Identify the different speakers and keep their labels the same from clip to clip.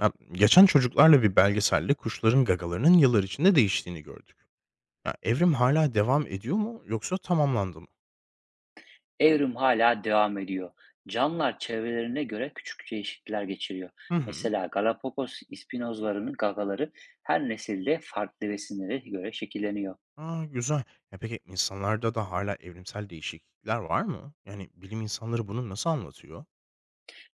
Speaker 1: Ya, geçen çocuklarla bir belgeselde kuşların gagalarının yıllar içinde değiştiğini gördük. Ya, evrim hala devam ediyor mu yoksa tamamlandı mı?
Speaker 2: Evrim hala devam ediyor. Canlılar çevrelerine göre küçük değişiklikler geçiriyor.
Speaker 1: Hı hı.
Speaker 2: Mesela Galapagos ispinozlarının gagaları her nesilde farklı besinlere göre şekilleniyor.
Speaker 1: Aa, güzel. Ya, peki insanlarda da hala evrimsel değişiklikler var mı? Yani bilim insanları bunu nasıl anlatıyor?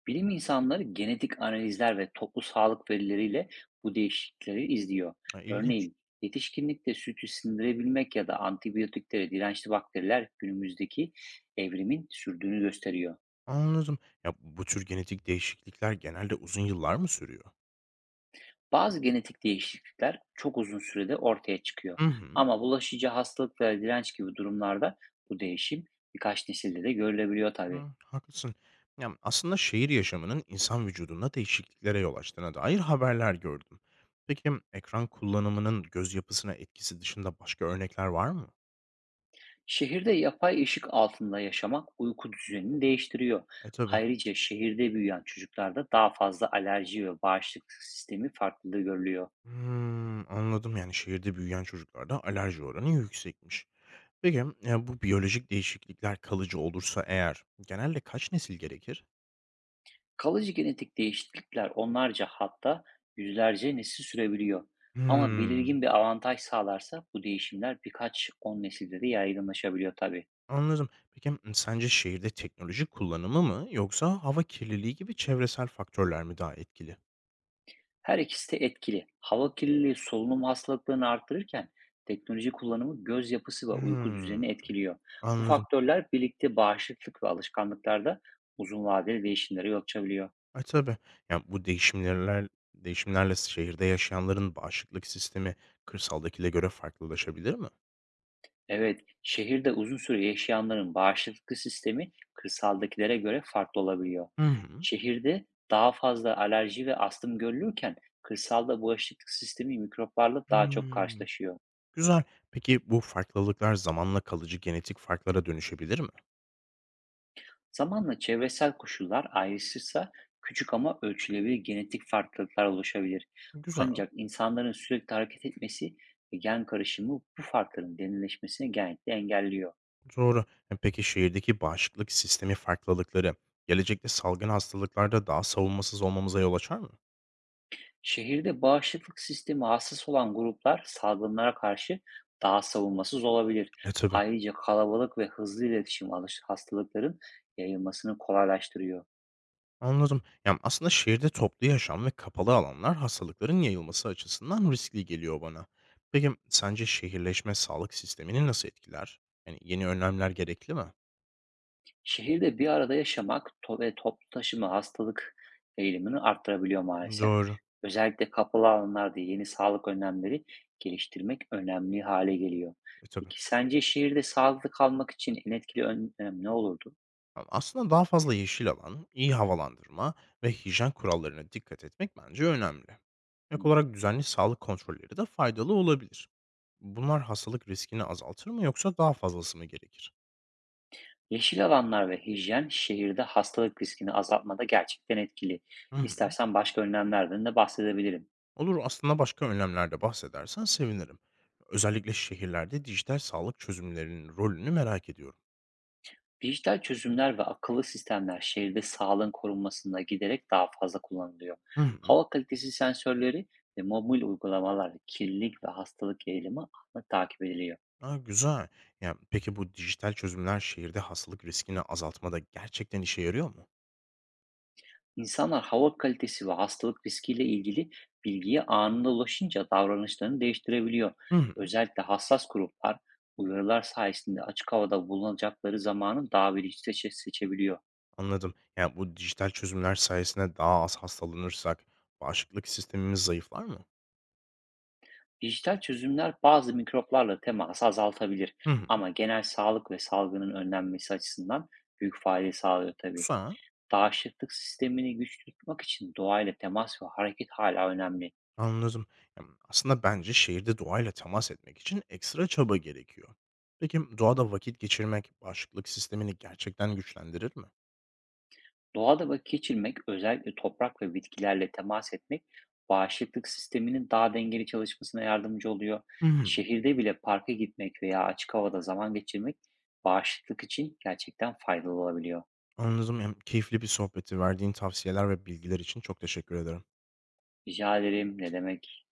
Speaker 2: Bilim insanları genetik analizler ve toplu sağlık verileriyle bu değişiklikleri izliyor.
Speaker 1: Ha, ilginç.
Speaker 2: Örneğin yetişkinlikte sütü sindirebilmek ya da antibiyotiklere dirençli bakteriler günümüzdeki evrimin sürdüğünü gösteriyor.
Speaker 1: Anladım. Ya bu tür genetik değişiklikler genelde uzun yıllar mı sürüyor?
Speaker 2: Bazı genetik değişiklikler çok uzun sürede ortaya çıkıyor.
Speaker 1: Hı hı.
Speaker 2: Ama bulaşıcı hastalık ve direnç gibi durumlarda bu değişim birkaç nesilde de görülebiliyor tabii.
Speaker 1: Hıı, haklısın. Ya, aslında şehir yaşamının insan vücudunda değişikliklere yol açtığına dair haberler gördüm. Peki, ekran kullanımının göz yapısına etkisi dışında başka örnekler var mı?
Speaker 2: Şehirde yapay ışık altında yaşamak uyku düzenini değiştiriyor.
Speaker 1: E, tabii.
Speaker 2: Ayrıca şehirde büyüyen çocuklarda daha fazla alerji ve bağışıklık sistemi farklılığı görülüyor.
Speaker 1: Hımm, anladım. Yani, şehirde büyüyen çocuklarda alerji oranı yüksekmiş. Peki, bu biyolojik değişiklikler kalıcı olursa eğer genelde kaç nesil gerekir?
Speaker 2: Kalıcı genetik değişiklikler onlarca, hatta yüzlerce nesil sürebiliyor. Ama
Speaker 1: Hımm,
Speaker 2: belirgin bir avantaj sağlarsa bu değişimler birkaç on nesilde de yaygınlaşabiliyor tabii.
Speaker 1: anladım. Peki, sence şehirde teknoloji kullanımı mı yoksa hava kirliliği gibi çevresel faktörler mi daha etkili?
Speaker 2: Her ikisi de etkili. Hava kirliliği solunum hastalıklarını arttırırken teknoloji kullanımı göz yapısı ve uyku
Speaker 1: Hımm,
Speaker 2: düzenini etkiliyor. Bu
Speaker 1: anladım.
Speaker 2: faktörler birlikte bağışıklık ve alışkanlıklarda uzun vadeli değişimlere yol açabiliyor.
Speaker 1: E, tabii. Ya, bu değişimlerle şehirde yaşayanların bağışıklık sistemi kırsaldakine göre farklılaşabilir mi?
Speaker 2: Evet, şehirde uzun süre yaşayanların bağışıklık sistemi kırsaldakilere göre farklı olabiliyor.
Speaker 1: Hı hı.
Speaker 2: Şehirde daha fazla alerji ve astım görülürken kırsalda bağışıklık sistemi mikroplarla daha çok
Speaker 1: Hımm,
Speaker 2: karşılaşıyor.
Speaker 1: güzel. Peki bu farklılıklar zamanla kalıcı genetik farklara dönüşebilir mi?
Speaker 2: Zamanla çevresel koşullar ayrışırsa küçük ama ölçülebilir genetik farklılıklar oluşabilir.
Speaker 1: Güzel,
Speaker 2: Ancak insanların sürekli hareket etmesi ve gen karışımı bu farkların derinleşmesini genellikle engelliyor.
Speaker 1: doğru. E, peki şehirdeki bağışıklık sistemi farklılıkları gelecekte salgın hastalıklarda daha savunmasız olmamıza yol açar mı?
Speaker 2: Şehirde bağışıklık sistemi hassas olan gruplar salgınlara karşı daha savunmasız olabilir.
Speaker 1: E, tabii.
Speaker 2: Ayrıca kalabalık ve hızlı iletişim hastalıkların yayılmasını kolaylaştırıyor.
Speaker 1: Anladım. Yani aslında şehirde toplu yaşam ve kapalı alanlar hastalıkların yayılması açısından riskli geliyor bana. Peki sence şehirleşme sağlık sistemini nasıl etkiler? Yani yeni önlemler gerekli mi?
Speaker 2: Şehirde bir arada yaşamak ve toplu taşıma hastalık eğilimini arttırabiliyor maalesef.
Speaker 1: Doğru.
Speaker 2: Özellikle kapalı alanlarda yeni sağlık önlemleri geliştirmek önemli hale geliyor.
Speaker 1: E tabii.
Speaker 2: Peki, sence şehirde sağlıklı kalmak için en etkili önlem ne olurdu?
Speaker 1: Ama aslında daha fazla yeşil alan, iyi havalandırma ve hijyen kurallarına dikkat etmek bence önemli. Ek
Speaker 2: Hmm.
Speaker 1: olarak düzenli sağlık kontrolleri de faydalı olabilir. Bunlar hastalık riskini azaltır mı yoksa daha fazlası mı gerekir?
Speaker 2: Yeşil alanlar ve hijyen şehirde hastalık riskini azaltmada gerçekten etkili.
Speaker 1: Hı hı.
Speaker 2: İstersen başka önlemlerden de bahsedebilirim.
Speaker 1: Olur, aslında başka önlemlerde bahsedersen sevinirim. Özellikle şehirlerde dijital sağlık çözümlerinin rolünü merak ediyorum.
Speaker 2: Dijital çözümler ve akıllı sistemler şehirde sağlığın korunmasında giderek daha fazla kullanılıyor.
Speaker 1: Hı hı.
Speaker 2: Hava kalitesi sensörleri ve mobil uygulamalarla kirlilik ve hastalık eğilimi anında takip ediliyor.
Speaker 1: Aa, güzel. Ya, peki bu dijital çözümler şehirde hastalık riskini azaltmada gerçekten işe yarıyor mu?
Speaker 2: İnsanlar hava kalitesi ve hastalık riskiyle ilgili bilgiye anında ulaşınca davranışlarını değiştirebiliyor.
Speaker 1: Hı hı.
Speaker 2: Özellikle hassas gruplar uyarılar sayesinde açık havada bulunacakları zamanı daha bilinçli seçebiliyor.
Speaker 1: Anladım. Yani bu dijital çözümler sayesinde daha az hastalanırsak bağışıklık sistemimiz zayıflar mı?
Speaker 2: Dijital çözümler bazı mikroplarla teması azaltabilir,
Speaker 1: Hı hı.
Speaker 2: ama genel sağlık ve salgının önlenmesi açısından büyük fayda sağlıyor tabii.
Speaker 1: Güzel.
Speaker 2: Bağışıklık sistemini güçlü tutmak için doğayla temas ve hareket hala önemli.
Speaker 1: Anladım. Aslında bence şehirde doğayla temas etmek için ekstra çaba gerekiyor. Peki doğada vakit geçirmek bağışıklık sistemini gerçekten güçlendirir mi?
Speaker 2: Doğada vakit geçirmek, özellikle toprak ve bitkilerle temas etmek, bağışıklık sisteminin daha dengeli çalışmasına yardımcı oluyor.
Speaker 1: Hı hı.
Speaker 2: Şehirde bile parka gitmek veya açık havada zaman geçirmek bağışıklık için gerçekten faydalı olabiliyor.
Speaker 1: Anladım. Keyifli bir sohbeti verdiğin tavsiyeler ve bilgiler için çok teşekkür ederim.
Speaker 2: Rica ederim, ne demek?